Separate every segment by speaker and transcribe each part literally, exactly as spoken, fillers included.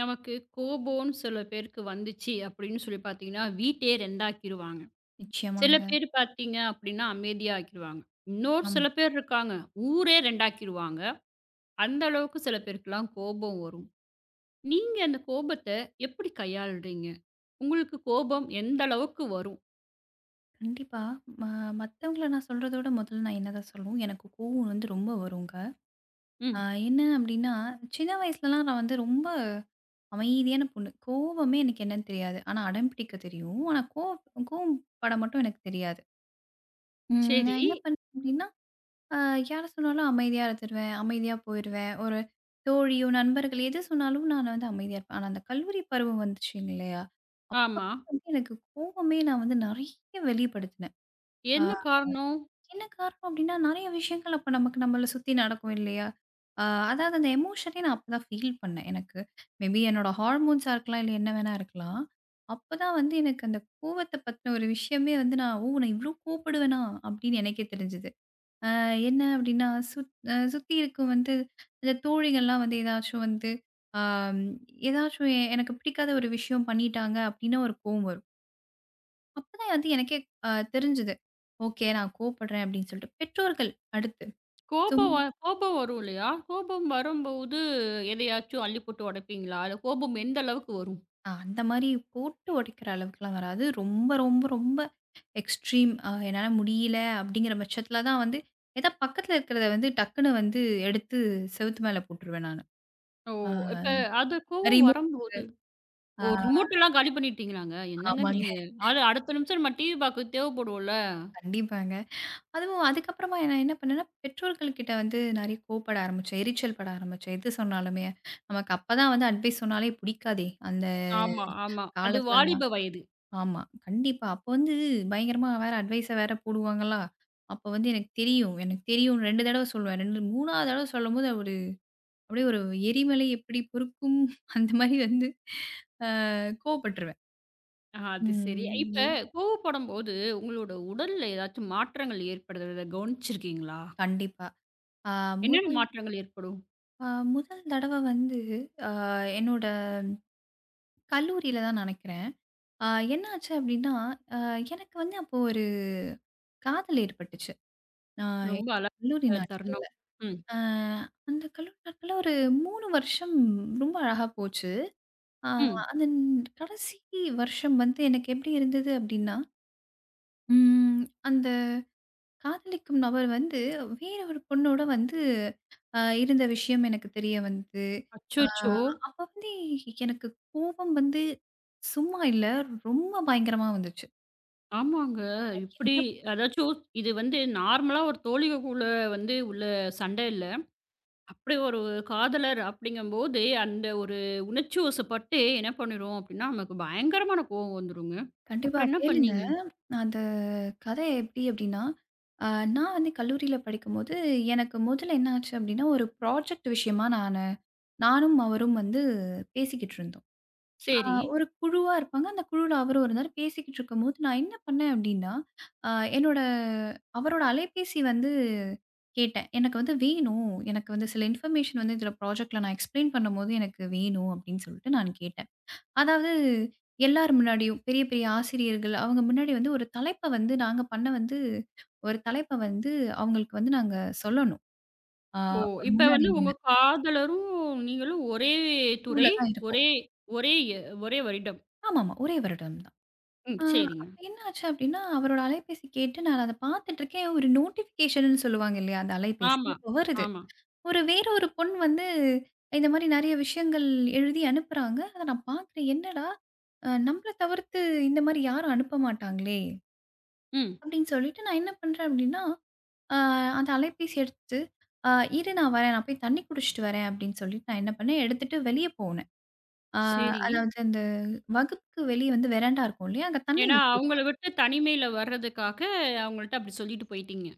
Speaker 1: நமக்கு கோபம்னு சில பேருக்கு வந்துச்சு அப்படின்னு சொல்லி பார்த்தீங்கன்னா, வீட்டையே இரண்டு ஆக்கிருவாங்க. சில
Speaker 2: நிச்சயமாங்க.
Speaker 1: பேர் பார்த்தீங்க அப்படின்னா, அமைதியா ஆக்கிருவாங்க. இன்னொரு
Speaker 2: ஆமா.
Speaker 1: சில பேர் இருக்காங்க, ஊரே இரண்டு ஆக்கிருவாங்க. அந்த அளவுக்கு சில பேருக்குலாம் கோபம் வரும். நீங்க அந்த கோபத்த எப்படி கையாளுறீங்க? உங்களுக்கு கோபம் எந்த அளவுக்கு வரும்?
Speaker 2: கண்டிப்பா. ம மத்தவங்கள நான் சொல்றத விட முதல்ல நான் என்னதான் சொல்லணும், எனக்கு கோவம் வந்து ரொம்ப வருங்க. அ
Speaker 1: ம்.
Speaker 2: என்ன அப்டின்னா, சின்ன வயசுலலாம் நான் வந்து ரொம்ப அமைதியான பொண்ணு. கோவமே எனக்கு என்னன்னு தெரியாது. ஆனா அடம் பிடிக்க தெரியும். ஆனா கோவ் கோவப்பட மட்டும் எனக்கு தெரியாது. ம்
Speaker 1: சரி.
Speaker 2: நான் என்ன பண்ணேன் அப்டின்னா, அ யார சொன்னாலும் அமைதியா இருந்துருவேன். அமைதியா போயிருவேன். ஒரு தோழியோ, நண்பர்கள் எது சொன்னாலும் நான் வந்து அமைதியா இருப்பேன். ஆனா அந்த கல்லூரி பருவம் வந்துச்சு இல்லையா? அப்ப
Speaker 1: ஆமா.
Speaker 2: வந்து எனக்கு கோவமே நான் வந்து நெறைய வெளிப்படுத்தினேன். அ
Speaker 1: என்ன காரணம்?
Speaker 2: என்ன காரணம் அப்டின்னா, நெறைய விஷயங்கள் அப்ப நமக்கு நம்மள சுத்தி நடக்கும் இல்லையா? அ அதாவது அந்த எமோஷனே நான் அப்பதான் ஃபீல் பண்ணேன் எனக்கு. மேபி என்னோட ஹார்மோன்ஸா இருக்கலாம், இல்ல என்ன வேணா இருக்கலாம். அப்பதான் வந்து எனக்கு அந்த கோவத்த பத்தின ஒரு விஷயமே வந்து நான், "ஓ! நான் இவ்ளோ கோவப்படுவேனா?" அப்டின்னு எனக்கே தெரிஞ்சது. அ என்ன அப்டின்னா, சுத் அ சுத்தி இருக்கும் வந்து இந்த தோழிகள்லாம் வந்து ஏதாச்சும் வந்து, ஆ ஏதாச்சும் எ எனக்கு பிடிக்காத ஒரு விஷயம் பண்ணிட்டாங்க அப்டின்னா ஒரு கோவம் வரும். அப்பதான் வந்து எனக்கே அ தெரிஞ்சது. ஓகே நான் கோவப்படுறேன் அப்படின்னு சொல்லிட்டு. பெற்றோர்கள் அடுத்து. சும்
Speaker 1: கோபம் வ
Speaker 2: ம்.
Speaker 1: கோபம் வரும் இல்லையா? கோபம் வரும்போது எதையாச்சும் அள்ளி போட்டு உடைப்பீங்களா? இல்ல கோபம் எந்த அளவுக்கு வரும்?
Speaker 2: அ அந்த மாரி போட்டு உடைக்கிற அளவுக்குலாம் வராது. ரொம்ப, ரொம்ப, ரொம்ப எக்ஸ்ட்ரீம் அ என்னால முடியல அப்படிங்கிற பட்சத்தில தான் வந்து ஏதா பக்கத்தில இருக்கிறத வந்து டக்குன்னு வந்து எடுத்து செவுத்து மேல போட்டுருவேன் நானு.
Speaker 1: ஓ!
Speaker 2: ஆ
Speaker 1: இப்ப அது கோபம்
Speaker 2: ரிமூவ்
Speaker 1: வரம்.
Speaker 2: ஆ
Speaker 1: ஓ! ரிமோட்டெல்லாம் காலி பண்ணிட்டீங்களாங்க? என்னங்க
Speaker 2: ஆமாங்க.
Speaker 1: நீங்க? ஆளு அடுத்த நிமிஷம் நம்ம டிவி பார்க்க தேவைப்படும்ல.
Speaker 2: கண்டிப்பாங்க. அதுவும் அதுக்கப்புறமா நான் என்ன பண்ணேன்னா, பெற்றோர்கள்கிட்ட வந்து நெறைய கோவப்பட ஆரம்பிச்சேன். எரிச்சல் பட ஆரம்பிச்சேன். எது சொன்னாலுமே. நமக்கு அப்பதான் வந்து அட்வைஸ் சொன்னாலே பிடிக்காதே! அந்த
Speaker 1: ஆமா, ஆமா. அது
Speaker 2: காலத்துலலாம்.
Speaker 1: வாலிப வயது.
Speaker 2: ஆமா. கண்டிப்பா. அப்போ வந்து பயங்கரமா வேற அட்வைஸ வேற போடுவாங்களா! அப்போ வந்து எனக்கு தெரியும். எனக்கு தெரியும். ரெண்டு தடவ சொல்லுவேன். ரெண்டு மூணாவது தடவ சொல்லும்போது ஒரு அப்படியே ஒரு எரிமலை எப்படி பொறுக்கும் அந்த மாரி வந்து அ கோவப்பட்டுருவேன்.
Speaker 1: ஆ அது சரி.
Speaker 2: ம்.
Speaker 1: இப்ப
Speaker 2: ஏ
Speaker 1: கோவப்படும்போது உங்களோட உடல்ல ஏதாச்சும் மாற்றங்கள் ஏற்படுறத கவனிச்சிருக்கீங்களா?
Speaker 2: கண்டிப்பா. ஆ
Speaker 1: என்னென்ன
Speaker 2: முதல்
Speaker 1: மாற்றங்கள் ஏற்படும்?
Speaker 2: அ முதல் தடவ வந்து, அ என்னோட கல்லூரியில தான் நினைக்கிறேன். அ என்னாச்சு அப்டின்னா, அ எனக்கு வந்து அப்போ ஒரு காதல் ஏற்பட்டுச்சு. நான் என்
Speaker 1: ரொம்ப
Speaker 2: கல்லூரி
Speaker 1: அழகா
Speaker 2: நாட்கள்ல.
Speaker 1: தருணம். ம்,
Speaker 2: அ அந்த கல்லூரி நாட்கள்ல ஒரு மூணு வருஷம் ரொம்ப அழகா போச்சு. அ
Speaker 1: ம்.
Speaker 2: அந்த ந- கடைசி வருஷம் வந்து எனக்கு எப்டி இருந்தது அப்டின்னா, ம் அந்த காதலிக்கும் நபர் வந்து வேற ஒரு பொண்ணோட வந்து அ இருந்த விஷயம் எனக்கு தெரிய வந்து, அ
Speaker 1: அச்சச்சோ!
Speaker 2: அப்ப வந்து எனக்கு கோபம் வந்து சும்மா இல்ல, ரொம்ப பயங்கரமா வந்துச்சு.
Speaker 1: ஆமாங்க.
Speaker 2: ஆனா
Speaker 1: இப்படி
Speaker 2: என்ன
Speaker 1: அதாச்சும் இது வந்து நார்மலா ஒரு தோழிகக்குள்ள வந்து உள்ள சண்டை இல்ல. அப்படி ஒரு காதலர் அப்படிங்கும்போது, அந்த ஒரு உணர்ச்சி வசப்பட்டு என்ன பண்ணிரும் அப்படின்னா, நமக்கு பயங்கரமான கோவம் வந்துருங்க.
Speaker 2: கண்டிப்பா
Speaker 1: அப்புறம் என்ன
Speaker 2: கேளுங்க.
Speaker 1: பண்ணீங்க?
Speaker 2: நான் அந்த கதை எப்டி அப்டின்னா, அ நான் வந்து கல்லூரியில படிக்கும்போது, எனக்கு முதல்ல என்ன ஆச்சு அப்டின்னா, ஒரு ப்ராஜெக்ட் விஷயமா நானு நானும் அவரும் வந்து பேசிக்கிட்டு இருந்தோம். அ
Speaker 1: சரி.
Speaker 2: ஒரு குழுவா இருப்பாங்க. அந்த குழுவுல அவரும் இருந்தாரு. பேசிக்கிட்டு இருக்கும்போது நான் என்ன பண்ணேன் அப்டின்னா, அ என்னோட அவரோட அலைபேசி வந்து கேட்டேன். "எனக்கு வந்து வேணும். எனக்கு வந்து சில இன்ஃபர்மேஷன் வந்து இதில ப்ராஜெக்ட்ல நான் எக்ஸ்ப்ளைன் பண்ணும்போது எனக்கு வேணும்" அப்டின்னு சொல்லிட்டு நான் கேட்டேன். அதாவது எல்லார் முன்னாடியும் பெரிய பெரிய ஆசிரியர்கள் அவங்க முன்னாடி வந்து ஒரு தலைப்ப வந்து நாங்க பண்ண வந்து ஒரு தலைப்ப வந்து அவங்களுக்கு வந்து நாங்க சொல்லணும். ஆ
Speaker 1: ஓ!
Speaker 2: ஒரு
Speaker 1: இப்ப
Speaker 2: முன்னாடி
Speaker 1: வந்து உங்க
Speaker 2: நின்னு
Speaker 1: காதலரும், நீங்களும் ஒரே
Speaker 2: ரூல்ல
Speaker 1: துறை,
Speaker 2: தான் இருக்கும்.
Speaker 1: ஒரே ஒரே எ ஒரே வருடம்.
Speaker 2: ஆமாமா. ஒரே வருடம் தான்.
Speaker 1: ம்.
Speaker 2: ஆ
Speaker 1: சரிங்க.
Speaker 2: அப்ப என்ன ஆச்சு அப்டின்னா, அவரோட அலைபேசி கேட்டு நான் அத பார்த்துட்டு இருக்கேன். ஒரு நோட்டிஃபிகேஷன்னு சொல்லுவாங்க இல்லையா? அந்த அலைபேசி
Speaker 1: ஆமா,
Speaker 2: அப்ப வருது.
Speaker 1: ஆமா.
Speaker 2: ஒரு வேற ஒரு பொண் வந்து இந்த மாரி நெறைய விஷயங்கள் எழுதி அனுப்புறாங்க. அத நான் பார்க்குறேன். என்னடா! அ நம்மள தவிர்த்து இந்த மாரி யாரும் அனுப்ப மாட்டாங்களே!
Speaker 1: ம்.
Speaker 2: அப்படின்னு சொல்லிட்டு நான் என்ன பண்றேன் அப்படின்னா, அ அந்த அலைபேசி எடுத்து, அ "இரு நான் வரேன். நான் போய் தண்ணீ குடிச்சிட்டு வரேன்." அப்படின்னு சொல்லிட்டு நான் என்ன பண்ணேன், எடுத்துட்டு வெளிய போனேன். அ
Speaker 1: சரி.
Speaker 2: அதாவது அந்த வகுப்புக்கு வெளிய வந்து வெராண்டா இருக்கும் இல்லையா? அங்க தண்ணீ
Speaker 1: ஏன்னா, அவங்கள
Speaker 2: வச்சிருக்கும்.
Speaker 1: விட்டு தனிமையில வர்றதுக்காக, அவங்கள்ட்ட அப்படி சொல்லிட்டு போயிட்டீங்க.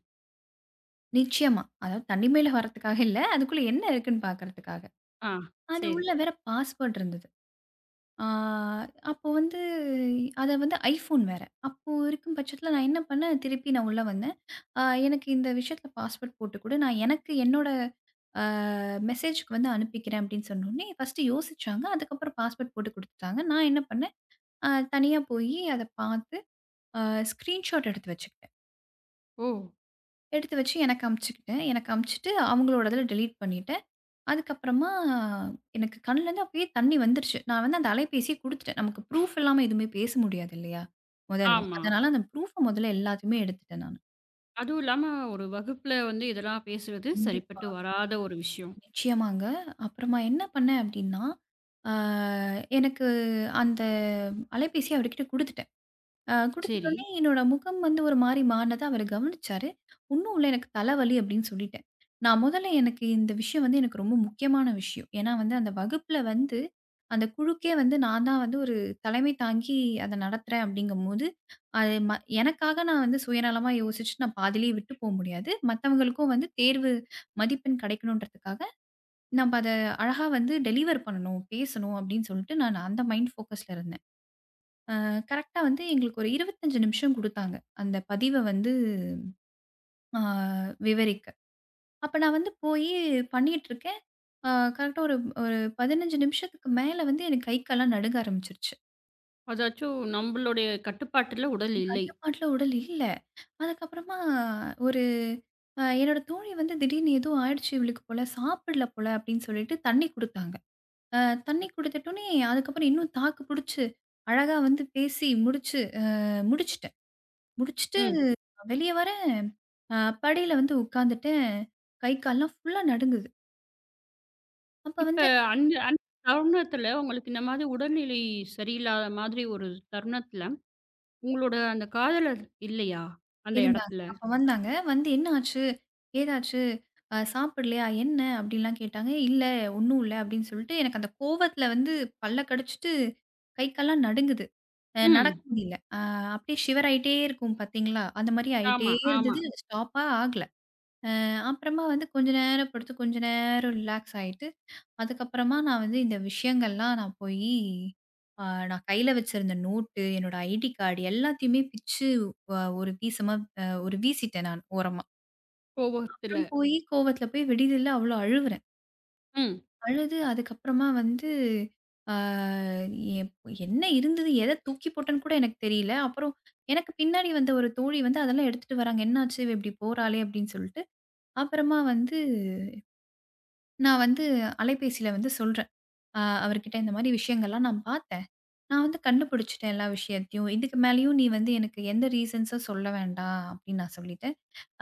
Speaker 2: நிச்சயமா. அதாவது தண்ணீ மேல வரத்துக்காக இல்ல. அதுக்குள்ள என்ன இருக்குன்னு பார்க்கறதுக்காக.
Speaker 1: ஆ,
Speaker 2: அது
Speaker 1: சரி.
Speaker 2: உள்ள வேற பாஸ்வேர்ட் இருந்தது. ஆ அப்போ வந்து அத வந்து ஐஃபோன் வேற. அப்போ இருக்கும் பட்சத்தில நான் என்ன பண்ணேன், திருப்பி நான் உள்ள வந்தேன். அ எனக்கு இந்த விஷயத்தில பாஸ்வேர்ட் போட்டு குடு. நான் எனக்கு என்னோட மெசேஜ்க்கு வந்து அனுப்பிக்கிறேன் அப்படின்னு சொன்னோனே, ஃபர்ஸ்ட்டு யோசிச்சாங்க. அதுக்கப்புறம் பாஸ்போர்ட் போட்டு குடுத்துட்டாங்க. நான் என்ன பண்ணேன், அ தனியா போயி அத பார்த்து அ ஸ்க்ரீன்ஷாட் எடுத்து வச்சுக்கிட்டேன்.
Speaker 1: ஓ!
Speaker 2: எடுத்து வச்சு எனக்கு அனுப்பிச்சுக்கிட்டேன். எனக்கு அனுப்பிச்சுட்டு அவங்களோட இதில டெலீட் பண்ணிட்டேன். அதுக்கப்புறமா எனக்கு கண்லேருந்து அப்படியே தண்ணி வந்துருச்சு. நான் வந்து அந்த அலைபேசிய குடுத்துட்டேன். நமக்கு ப்ரூஃப் இல்லாம எதுவுமே பேச முடியாது இல்லையா? முதல்ல.
Speaker 1: ஆமா.
Speaker 2: அதனால அந்த ப்ரூஃப முதல்ல எல்லாத்தையுமே எடுத்துட்டேன் நானு.
Speaker 1: அதுவும் இல்லாம ஒரு வகுப்புல வந்து இதெல்லாம் பேசுறது
Speaker 2: கண்டிப்பா.
Speaker 1: சரிப்பட்டு வராத ஒரு விஷயம்.
Speaker 2: நிச்சயமாங்க. அப்புறமா என்ன பண்ணேன் அப்படின்னா, ஆ எனக்கு அந்த அலைபேசிய அவருகிட்ட குடுத்துட்டேன். அ
Speaker 1: சரி.
Speaker 2: குடுத்துட்டோனே என்னோட முகம் வந்து ஒரு மாரி மாறுனத அவரு கவனிச்சாரு. ஒண்ணும் இல்ல எனக்கு தலைவலி அப்படின்னு சொல்லிட்டேன். நான் முதல்ல எனக்கு இந்த விஷயம் வந்து எனக்கு ரொம்ப முக்கியமான விஷயம். ஏன்னா வந்து அந்த வகுப்புல வந்து அந்த குழுக்கே வந்து நான் தான் வந்து ஒரு தலைமை தாங்கி அத நடத்துறேன் அப்படிங்கும்போது, அது ம எனக்காக நான் வந்து சுயநலமா யோசிச்சு நான் பாதியிலேயே விட்டு போ முடியாது. மத்தவங்களுக்கும் வந்து தேர்வு மதிப்பெண் கிடைக்கணுன்றதுக்காக நம்ம அத அழகா வந்து டெலிவர் பண்ணணும், பேசணும் அப்படின்னு சொல்லிட்டு நான் அந்த மைண்ட் ஃபோக்கஸ்ல இருந்தேன். அ கரெக்ட்டா வந்து எங்களுக்கு ஒரு இருபத்தைஞ்சு நிமிஷம் குடுத்தாங்க. அந்த பதிவ வந்து அ விவரிக்க. அப்ப நான் வந்து போயி பண்ணிட்டு இருக்கேன். அ கரெக்ட்டா ஒரு ஒரு பதினஞ்சு நிமிஷத்துக்கு மேல வந்து எனக்கு கை, கால்லாம் நடுங்க ஆரம்பிச்சுருச்சு.
Speaker 1: அதாச்சும் நம்பளுடைய கட்டுப்பாட்டுல உடல் இல்லை.
Speaker 2: கட்டுப்பாட்டுல உடல் இல்ல. அதுக்கப்புறமா ஒரு அ என்னோட தோழி வந்து திடீர்னு ஏதோ ஆயிடுச்சு இவளுக்கு போல, சாப்பிடல போல அப்படின்னு சொல்லிட்டு தண்ணி குடுத்தாங்க. அ தண்ணி குடுத்துட்டோனே, அதுக்கப்புறம் இன்னும் தாக்கு புடிச்சு, அழகா வந்து பேசி முடிச்சு அ முடிச்சுட்டேன். முடிச்சுட்டு
Speaker 1: ம்.
Speaker 2: வெளிய வரேன், அ படியில வந்து உட்காந்துட்டேன். கை கால்லாம் ஃபுல்லா நடுங்குது. அப்ப
Speaker 1: இப்ப
Speaker 2: வந்து
Speaker 1: அந்த அந்த தருணத்துல உங்களுக்கு இந்த மாதிரி உடல்நிலை சரியில்லாத மாதிரி ஒரு தருணத்துல, உங்களோட அந்த காதலர் இல்லையா? அந்த
Speaker 2: இருந்தாங்க.
Speaker 1: இடத்துல.
Speaker 2: அப்ப வந்தாங்க. வந்து "என்ன ஆச்சு? ஏதாச்சு? அ சாப்பிடலையா? என்ன?" அப்படின்லாம் கேட்டாங்க. "இல்ல, ஒண்ணும் இல்ல" அப்படின்னு சொல்லிட்டு, எனக்கு அந்த கோவத்துல வந்து பல்ல கடிச்சுட்டு, கை கால்லாம் நடுங்குது. அ நடக்க
Speaker 1: ம்.
Speaker 2: முடியல. அ அப்படியே ஷிவர் ஆயிட்டே இருக்கும் பாத்தீங்களா? அந்த மாரி ஆயிட்டே
Speaker 1: ஆமா, ஆமா.
Speaker 2: இருந்தது. ஸ்டாப்பா ஆகல. அப்புறமா வந்து கொஞ்ச நேரம் படுத்து, கொஞ்ச நேரம் ரிலாக்ஸ் ஆயிட்டு, அதுக்கப்புறமா நான் வந்து இந்த விஷயங்கள்லாம் நான் போயி, அ நான் கையில வச்சிருந்த நோட்டு, என்னோட ஐடி கார்டு எல்லாத்தையுமே பிச்சு அ ஒரு வீசமா அ ஒரு வீசிட்டேன் நான் ஓரமா. அப்புறம்
Speaker 1: கோபத்துல.
Speaker 2: போயி கோவத்துல போய் விடுதில அவ்ளோ அழுவுறேன்.
Speaker 1: ம்.
Speaker 2: அழுது அதுக்கப்புறமா வந்து அ எப் என்ன இருந்தது? எத தூக்கி போட்டேன்னு கூட எனக்கு தெரியல. அப்புறம் எனக்கு பின்னாடி வந்த ஒரு தோழி வந்து அதெல்லாம் எடுத்துட்டு வராங்க. "என்னாச்சு? இவ இப்படி போறாளே!" அப்படின்னு சொல்லிட்டு, அப்புறமா வந்து நான் வந்து அலைபேசியில வந்து சொல்றேன். அ அவர்கிட்ட இந்த மாரி விஷயங்கள்லாம் நான் பார்த்தேன். நான் வந்து கண்டுபிடிச்சுட்டேன் எல்லா விஷயத்தையும். இதுக்கு மேலயும் நீ வந்து எனக்கு எந்த ரீசன்ஸும் சொல்ல வேண்டாம் அப்படின்னு நான் சொல்லிட்டேன்.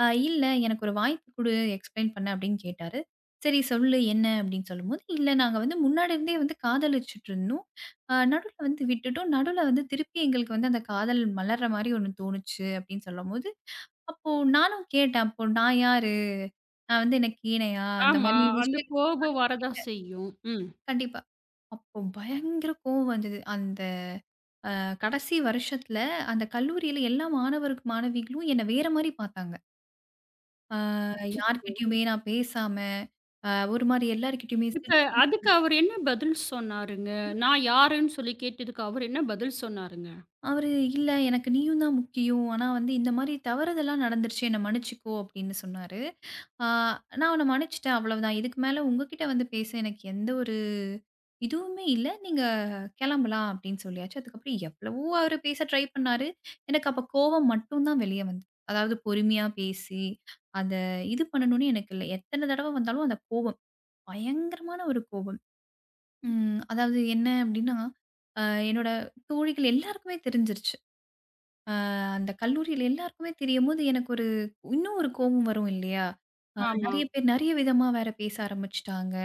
Speaker 2: அ இல்ல எனக்கு ஒரு வாய்ப்பு குடு எக்ஸ்பிளைன் பண்ண அப்படின்னு கேட்டாரு. சரி சொல்லு என்ன அப்படின்னு சொல்லும்போது, இல்ல நாங்க வந்து முன்னாடி இருந்தே வந்து காதலிச்சுட்டு இருந்தோம். அ நடுவுல வந்து விட்டுட்டோம். நடுவுல வந்து திருப்பி எங்களுக்கு வந்து அந்த காதல் மலர்ற மாரி ஒண்ணு தோணுச்சு அப்படின்னு சொல்லும்போது, அப்போ நானும் கேட்டேன். அப்போ நான் யாரு? நான் வந்து என்ன கீழையா? அந்த
Speaker 1: ஆமா.
Speaker 2: மாரி
Speaker 1: அந்த
Speaker 2: விஷயம்.
Speaker 1: கோபம் வரதா செய்யும். ம்.
Speaker 2: கண்டிப்பா. அப்போ பயங்கர கோவம் வந்தது. அந்த கடைசி வருஷத்துல, அந்த கல்லூரியில எல்லா மாணவருக்கு மாணவிகளும் என்ன வேற மாரி பார்த்தாங்க. அ
Speaker 1: அச்சச்சோ!
Speaker 2: யார்கிட்டயுமே நான் பேசாம, அ ஒரு மாரி எல்லார்கிட்டயுமே
Speaker 1: இப்ப அதுக்கு அவரு என்ன பதில் சொன்னாருங்க? நான் யாருன்னு சொல்லி கேட்டதுக்கு அவரு என்ன பதில் சொன்னாருங்க?
Speaker 2: அவரு, "இல்ல எனக்கு நீயும் தான் முக்கியம். ஆனா வந்து இந்த மாரி தவறுதெல்லாம் நடந்துருச்சு. என்ன மன்னிச்சுக்கோ" அப்படின்னு சொன்னாரு. ஆ நான் அவன மன்னிச்சுட்டேன் அவ்வளவுதான். இதுக்கு மேல உங்ககிட்ட வந்து பேச எனக்கு எந்த ஒரு இதுவுமே இல்ல. நீங்க கெளம்பலாம் அப்படின்னு சொல்லியாச்சு. அதுக்கப்புறம் எவ்வளவோ அவரு பேச ட்ரை பண்ணாரு. எனக்கு அப்ப கோவம் மட்டும் தான் வெளிய வந்தது. அதாவது பொறுமையா பேசி, அத இது பண்ணணும்னு எனக்கு இல்ல. எத்தன தடவ வந்தாலும் அந்த கோபம், பயங்கரமான ஒரு கோபம். ம் அதாவது என்ன அப்படின்னா, அ என்னோட தோழிகள் எல்லாருக்குமே தெரிஞ்சிருச்சு. அந்த கல்லூரியில எல்லாருக்குமே தெரியும்போது, எனக்கு ஒரு இன்னும் ஒரு கோபம் வரும் இல்லையா?
Speaker 1: ஆமா,
Speaker 2: நெறைய பேர் நெறைய விதமா வேற பேச ஆரம்பிச்சுட்டாங்க.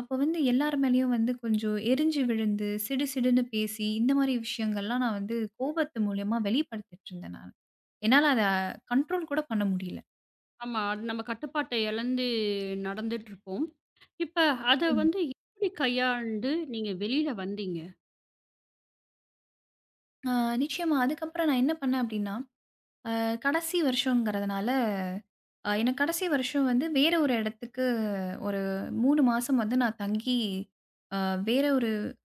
Speaker 2: அப்போ வந்து எல்லார் மேலயும் வந்து கொஞ்சம் எரிஞ்சு விழுந்து, சிடு சிடுன்னு பேசி, இந்த மாரி விஷயங்கள்லாம் நான் வந்து கோபத்து மூலியமா வெளிப்படுத்திட்டு இருந்தேன் நானு. என்னால அத கண்ட்ரோல் கூட பண்ண முடியல.
Speaker 1: ஆமா. அது நம்ம கட்டுப்பாட்ட இழந்து நடந்துட்டுருப்போம். இப்ப அத
Speaker 2: நிச்சயமா.
Speaker 1: வந்து எப்படி கையாண்டு நீங்க வெளியில வந்தீங்க?
Speaker 2: ஆ நிச்சயமா. அதுக்கப்புறம் நான் என்ன பண்ணேன் அப்டின்னா, அ கடைசி வருஷம்ங்கிறதுனால அ எனக்கு கடைசி வருஷம் வந்து வேற ஒரு இடத்துக்கு ஒரு மூணு மாசம் வந்து நான் தங்கி, அ வேற ஒரு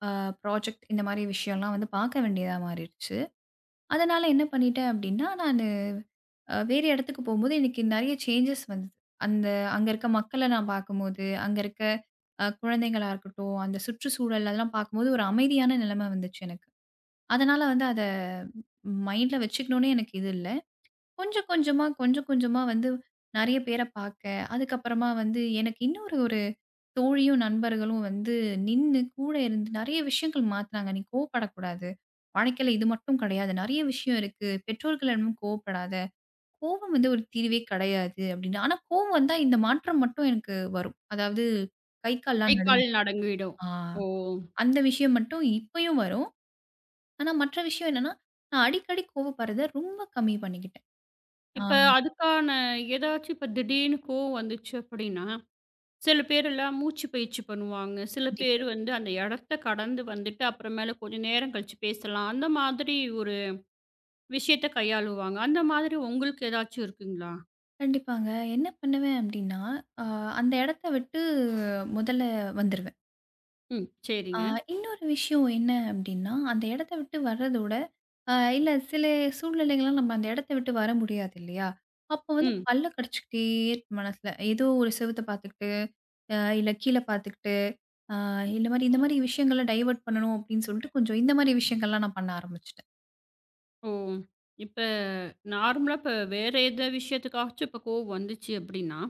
Speaker 2: அ ப்ராஜெக்ட் இந்த மாரி விஷயம்லாம் வந்து பார்க்க வேண்டியதா மாறிடுச்சு. அதனால என்ன பண்ணிட்டேன் அப்டின்னா, நானு அ வேற இடத்துக்கு போம்போது எனக்கு நெறைய சேஞ்சஸ் வந்தது. அந்த அங்க இருக்க மக்கள நான் பார்க்கும்போது, அங்க இருக்க அ குழந்தைகளா இருக்கட்டும், அந்த சுற்றுச்சூழல் அதெல்லாம் பார்க்கும்போது ஒரு அமைதியான நிலைமை வந்துச்சு எனக்கு. அதனால வந்து அத மைண்ட்ல வச்சுக்கணும்னு எனக்கு இது இல்ல. கொஞ்சம் கொஞ்சமா, கொஞ்சம் கொஞ்சமா வந்து நெறைய பேர பாக்க, அதுக்கப்புறமா வந்து எனக்கு இன்னொரு ஒரு தோழியும், நண்பர்களும் வந்து நின்னு கூட இருந்து நெறைய விஷயங்கள் மாத்துனாங்க. "நீ கோவப்படக்கூடாது. வாழ்க்கையில இது மட்டும் கிடையாது. நெறைய விஷயம் இருக்கு. பெற்றோர்களிடமும் கோவப்படாத. கோவம் வந்து ஒரு தீர்வே கிடையாது" அப்படின்னு. ஆனா கோவம் வந்தா இந்த மாற்றம் மட்டும் எனக்கு வரும். அதாவது கை
Speaker 1: கை,
Speaker 2: கால்லாம்
Speaker 1: கால்
Speaker 2: நடுங்கும்.
Speaker 1: நடுங்கிடும்.
Speaker 2: ஆ
Speaker 1: ஓ!
Speaker 2: அந்த விஷயம் மட்டும் இப்பயும் வரும். ஆனா மற்ற விஷயம் என்னன்னா, நான் அடிக்கடி கோவப்படுறத ரொம்ப கம்மி பண்ணிக்கிட்டேன். ஆ
Speaker 1: இப்ப அதுக்கான ஏதாச்சும் இப்ப திடீர்னு கோவம் வந்துச்சு அப்படின்னா, சில பேரெல்லாம் மூச்சு பயிற்சி பண்ணுவாங்க. சில
Speaker 2: கண்டிப்பா.
Speaker 1: பேர் வந்து அந்த இடத்த கடந்து வந்துட்டு அப்புறமேல கொஞ்சம் நேரம் கழிச்சு பேசலாம். அந்த மாதிரி ஒரு விஷயத்த கையாளுவாங்க. அந்த மாதிரி உங்களுக்கு ஏதாச்சும் இருக்குங்களா?
Speaker 2: கண்டிப்பாங்க. என்ன பண்ணுவேன் அப்டின்னா, அ அந்த இடத்த விட்டு முதல்ல வந்துருவேன்.
Speaker 1: ம்.
Speaker 2: அ
Speaker 1: சரிங்க.
Speaker 2: இன்னொரு விஷயம் என்ன அப்டின்னா, அந்த இடத்த விட்டு வர்றதோட, அ இல்ல சில சூழ்நிலைகள்லாம் நம்ம அந்த இடத்த விட்டு வர முடியாது இல்லையா? அப்போ வந்து
Speaker 1: ம்.
Speaker 2: பல்ல கடிச்சுக்கிட்டே இருக்கும் மனசுல. ஏதோ ஒரு செவுத்த பார்த்துக்கிட்டு, அ இல்ல கீழ பார்த்துக்கிட்டு, அ இந்த மாரி இந்த மாரி விஷயங்கள டைவர்ட் பண்ணணும் அப்டின்னு சொல்லிட்டு, கொஞ்சம் இந்த மாரி விஷயங்கள்லாம் நான் பண்ண ஆரம்பிச்சுட்டேன்.
Speaker 1: ஓ! இப்ப நார்மலா இப்ப வேற எந்த விஷயத்துக்காச்சும் இப்ப கோவம் வந்துச்சு அப்படின்னா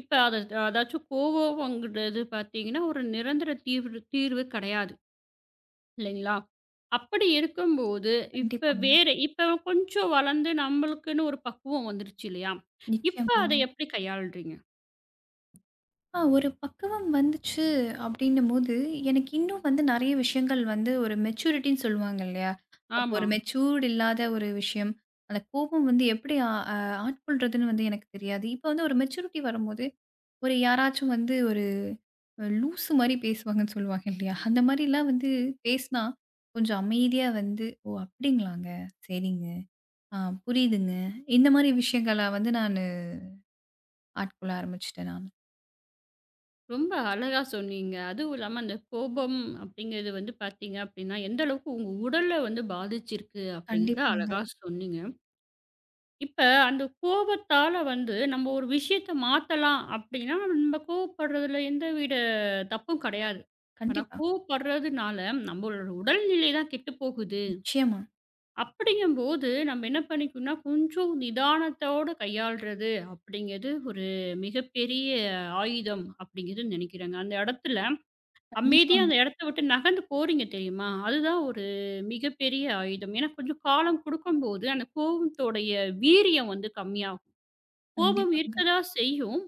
Speaker 1: இப்ப அத அதாச்சும் கோவம்ங்கிறது பார்த்தீங்கன்னா, ஒரு நிரந்தர தீர்வு தீர்வு கிடையாது. இல்லைங்களா? அப்படி இருக்கும்போது, இப்ப
Speaker 2: கண்டிப்பாங்க.
Speaker 1: வேற இப்ப கொஞ்சம் வளர்ந்து நம்மளுக்குன்னு ஒரு பக்குவம் வந்துருச்சு இல்லையா? இப்ப
Speaker 2: நிச்சயமாங்க.
Speaker 1: அத எப்படி கையாளுறீங்க?
Speaker 2: ஆ ஒரு பக்குவம் வந்துச்சு அப்படின்னும்போது, எனக்கு இன்னும் வந்து நெறைய விஷயங்கள் வந்து ஒரு மெச்சூரிட்டின்னு சொல்லுவாங்க இல்லையா? அப்போ
Speaker 1: ஆமா.
Speaker 2: ஒரு மெச்சூர்ட் இல்லாத ஒரு விஷயம். அந்த கோபம் வந்து எப்படி ஆ அ ஆட்கொள்றதுன்னு வந்து எனக்கு தெரியாது. இப்ப வந்து ஒரு மெச்சூரிட்டி வரும்போது, ஒரு யாராச்சும் வந்து ஒரு லூசு மாரி பேசுவாங்கன்னு சொல்லுவாங்க இல்லையா? அந்த மாரிலாம் வந்து பேசினா, கொஞ்சம் அமைதியா வந்து, "ஓ! அப்படிங்களாங்க. சரிங்க. ஆ புரியுதுங்க." இந்த மாரி விஷயங்கள வந்து நானு ஆட்கொள்ள ஆரம்பிச்சுட்டேன் நானு.
Speaker 1: ரொம்ப அழகா சொன்னீங்க. அதுவும் இல்லாம அந்த கோபம் அப்படிங்கிறது வந்து பார்த்தீங்க அப்படின்னா, எந்த அளவுக்கு உங்க உடல வந்து பாதிச்சிருக்கு அப்படிங்கிறத
Speaker 2: கண்டிப்பாங்க.
Speaker 1: அழகா சொன்னீங்க. இப்ப அந்த கோபத்தால வந்து நம்ம ஒரு விஷயத்த மாத்தலாம் அப்படின்னா, நம்ம கோவப்படுறதுல எந்தவித தப்பும் கிடையாது. ஆனா
Speaker 2: கண்டிப்பா.
Speaker 1: கோவப்படுறதுனால நம்மளோட உடல்நிலை தான் கெட்டு போகுது.
Speaker 2: நிச்சயமா.
Speaker 1: அப்படிங்கும்போது நம்ம என்ன பண்ணிக்கணும்னா, கொஞ்சம் நிதானத்தோட கையாள்றது அப்படிங்கிறது ஒரு மிகப்பெரிய ஆயுதம் அப்படிங்கிறது நினைக்கிறேங்க. அந்த இடத்துல அமைதியா
Speaker 2: கண்டிப்பாங்க,
Speaker 1: அந்த இடத்த விட்டு நகர்ந்து போறீங்க தெரியுமா? அதுதான் ஒரு மிகப்பெரிய ஆயுதம். ஏன்னா கொஞ்சம் காலம் குடுக்கும்போது அந்த கோவத்தோடைய வீரியம் வந்து கம்மியாகும். கோபம்
Speaker 2: கண்டிப்பாங்க.
Speaker 1: இருக்கதான் செய்யும்.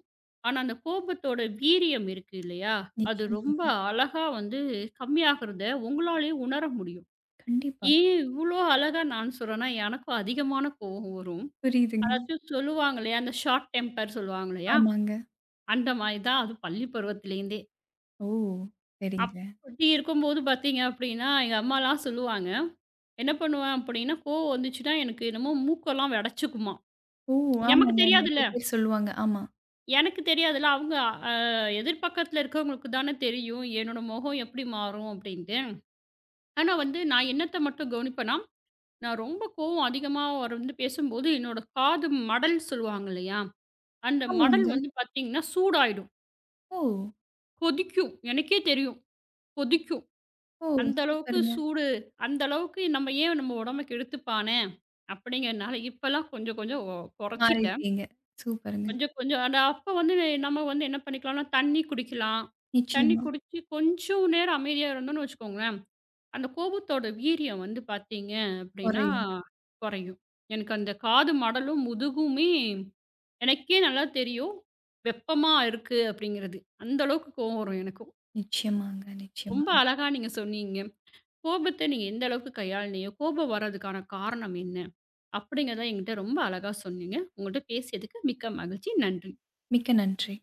Speaker 1: ஆனா, அந்த கோபத்தோட வீரியம் இருக்கு இல்லையா? அது ரொம்ப
Speaker 2: நிச்சயமாங்க.
Speaker 1: அழகா வந்து கம்மியாகுறத உங்களாலயே உணர முடியும்.
Speaker 2: கண்டிப்பா.
Speaker 1: ஏன் இவ்ளோ அழகா நான் சொல்றேன்னா, எனக்கும் அதிகமான கோவம் வரும்.
Speaker 2: புரியுதுங்க.
Speaker 1: அதாச்சும் சொல்லுவாங்க இல்லையா, அந்த ஷார்ட் டெம்பர் சொல்லுவாங்க இல்லையா?
Speaker 2: ஆமாங்க.
Speaker 1: அந்த மாரி தான் அது பள்ளி பருவத்திலேருந்தே.
Speaker 2: ஓ! சரிங்க.
Speaker 1: அப்படி இருக்கும்போது பார்த்தீங்க அப்படின்னா, எங்க அம்மாலாம் சொல்லுவாங்க. என்ன பண்ணுவேன் அப்படின்னா, கோவம் வந்துச்சுன்னா எனக்கு என்னமோ மூக்கெல்லாம் வெடச்சுக்குமாம்.
Speaker 2: ஓ!
Speaker 1: நமக்கு
Speaker 2: ஆமாங்க. நெறைய
Speaker 1: தெரியாதுல்ல.
Speaker 2: பேர் சொல்லுவாங்க. ஆமா.
Speaker 1: எனக்கு தெரியாதுல்ல. அவங்க அ எதிர்பக்கத்துல இருக்கவங்களுக்கு தானே தெரியும். என்னோட முகம் எப்படி மாறும் அப்படின்ட்டு. ஆனா வந்து நான் என்னத்த மட்டும் கவனிப்பேன்னா, நான் ரொம்ப கோவம் அதிகமா அவர் வந்து பேசும்போது, என்னோட காது மடல் சொல்லுவாங்க இல்லையா? அந்த மடல்
Speaker 2: ஆமாங்க.
Speaker 1: வந்து பார்த்தீங்கன்னா சூடாயிடும்.
Speaker 2: ஓ!
Speaker 1: கொதிக்கும். எனக்கே தெரியும். கொதிக்கும்.
Speaker 2: ஓ!
Speaker 1: அந்த அளவுக்கு
Speaker 2: சூப்பருங்க.
Speaker 1: சூடு. அந்த அளவுக்கு நம்ம ஏன் நம்ம உடம்ப கெடுத்துப்பானே அப்படிங்கிறனால இப்பலாம் கொஞ்சம் கொஞ்சம் ஒ குறைச்சிட்டேன்.
Speaker 2: மாறியிருக்கீங்க. சூப்பருங்க.
Speaker 1: கொஞ்சம் கொஞ்சம் அட அப்ப வந்து நெ- நம்ம வந்து என்ன பண்ணிக்கலாம்னா, தண்ணி குடிக்கலாம். தண்ணி
Speaker 2: நிச்சயமா.
Speaker 1: குடிச்சு கொஞ்சம் நேரம் அமைதியா இருந்தோம்னு வச்சுக்கோங்களேன், அந்த கோபத்தோட வீரியம் வந்து பார்த்தீங்க அப்படின்னா
Speaker 2: குறையும்.
Speaker 1: குறையும். எனக்கு அந்த காது மடலும், முதுகுமே எனக்கே நல்லா தெரியும். வெப்பமா இருக்கு அப்படிங்கிறது. அந்த அளவுக்கு கோவம் வரும் எனக்கும்.
Speaker 2: நிச்சயமாங்க, நிச்சயமா.
Speaker 1: ரொம்ப அழகா நீங்க சொன்னீங்க. கோபத்த நீங்க எந்த அளவுக்கு கையாளுனீங்க? கோபம் வர்றதுக்கான காரணம் என்ன? அப்படிங்கிறத என்கிட்ட ரொம்ப அழகா சொன்னீங்க. உங்கள்ட்ட பேசியதுக்கு மிக்க மகிழ்ச்சி. நன்றி.
Speaker 2: மிக்க நன்றி.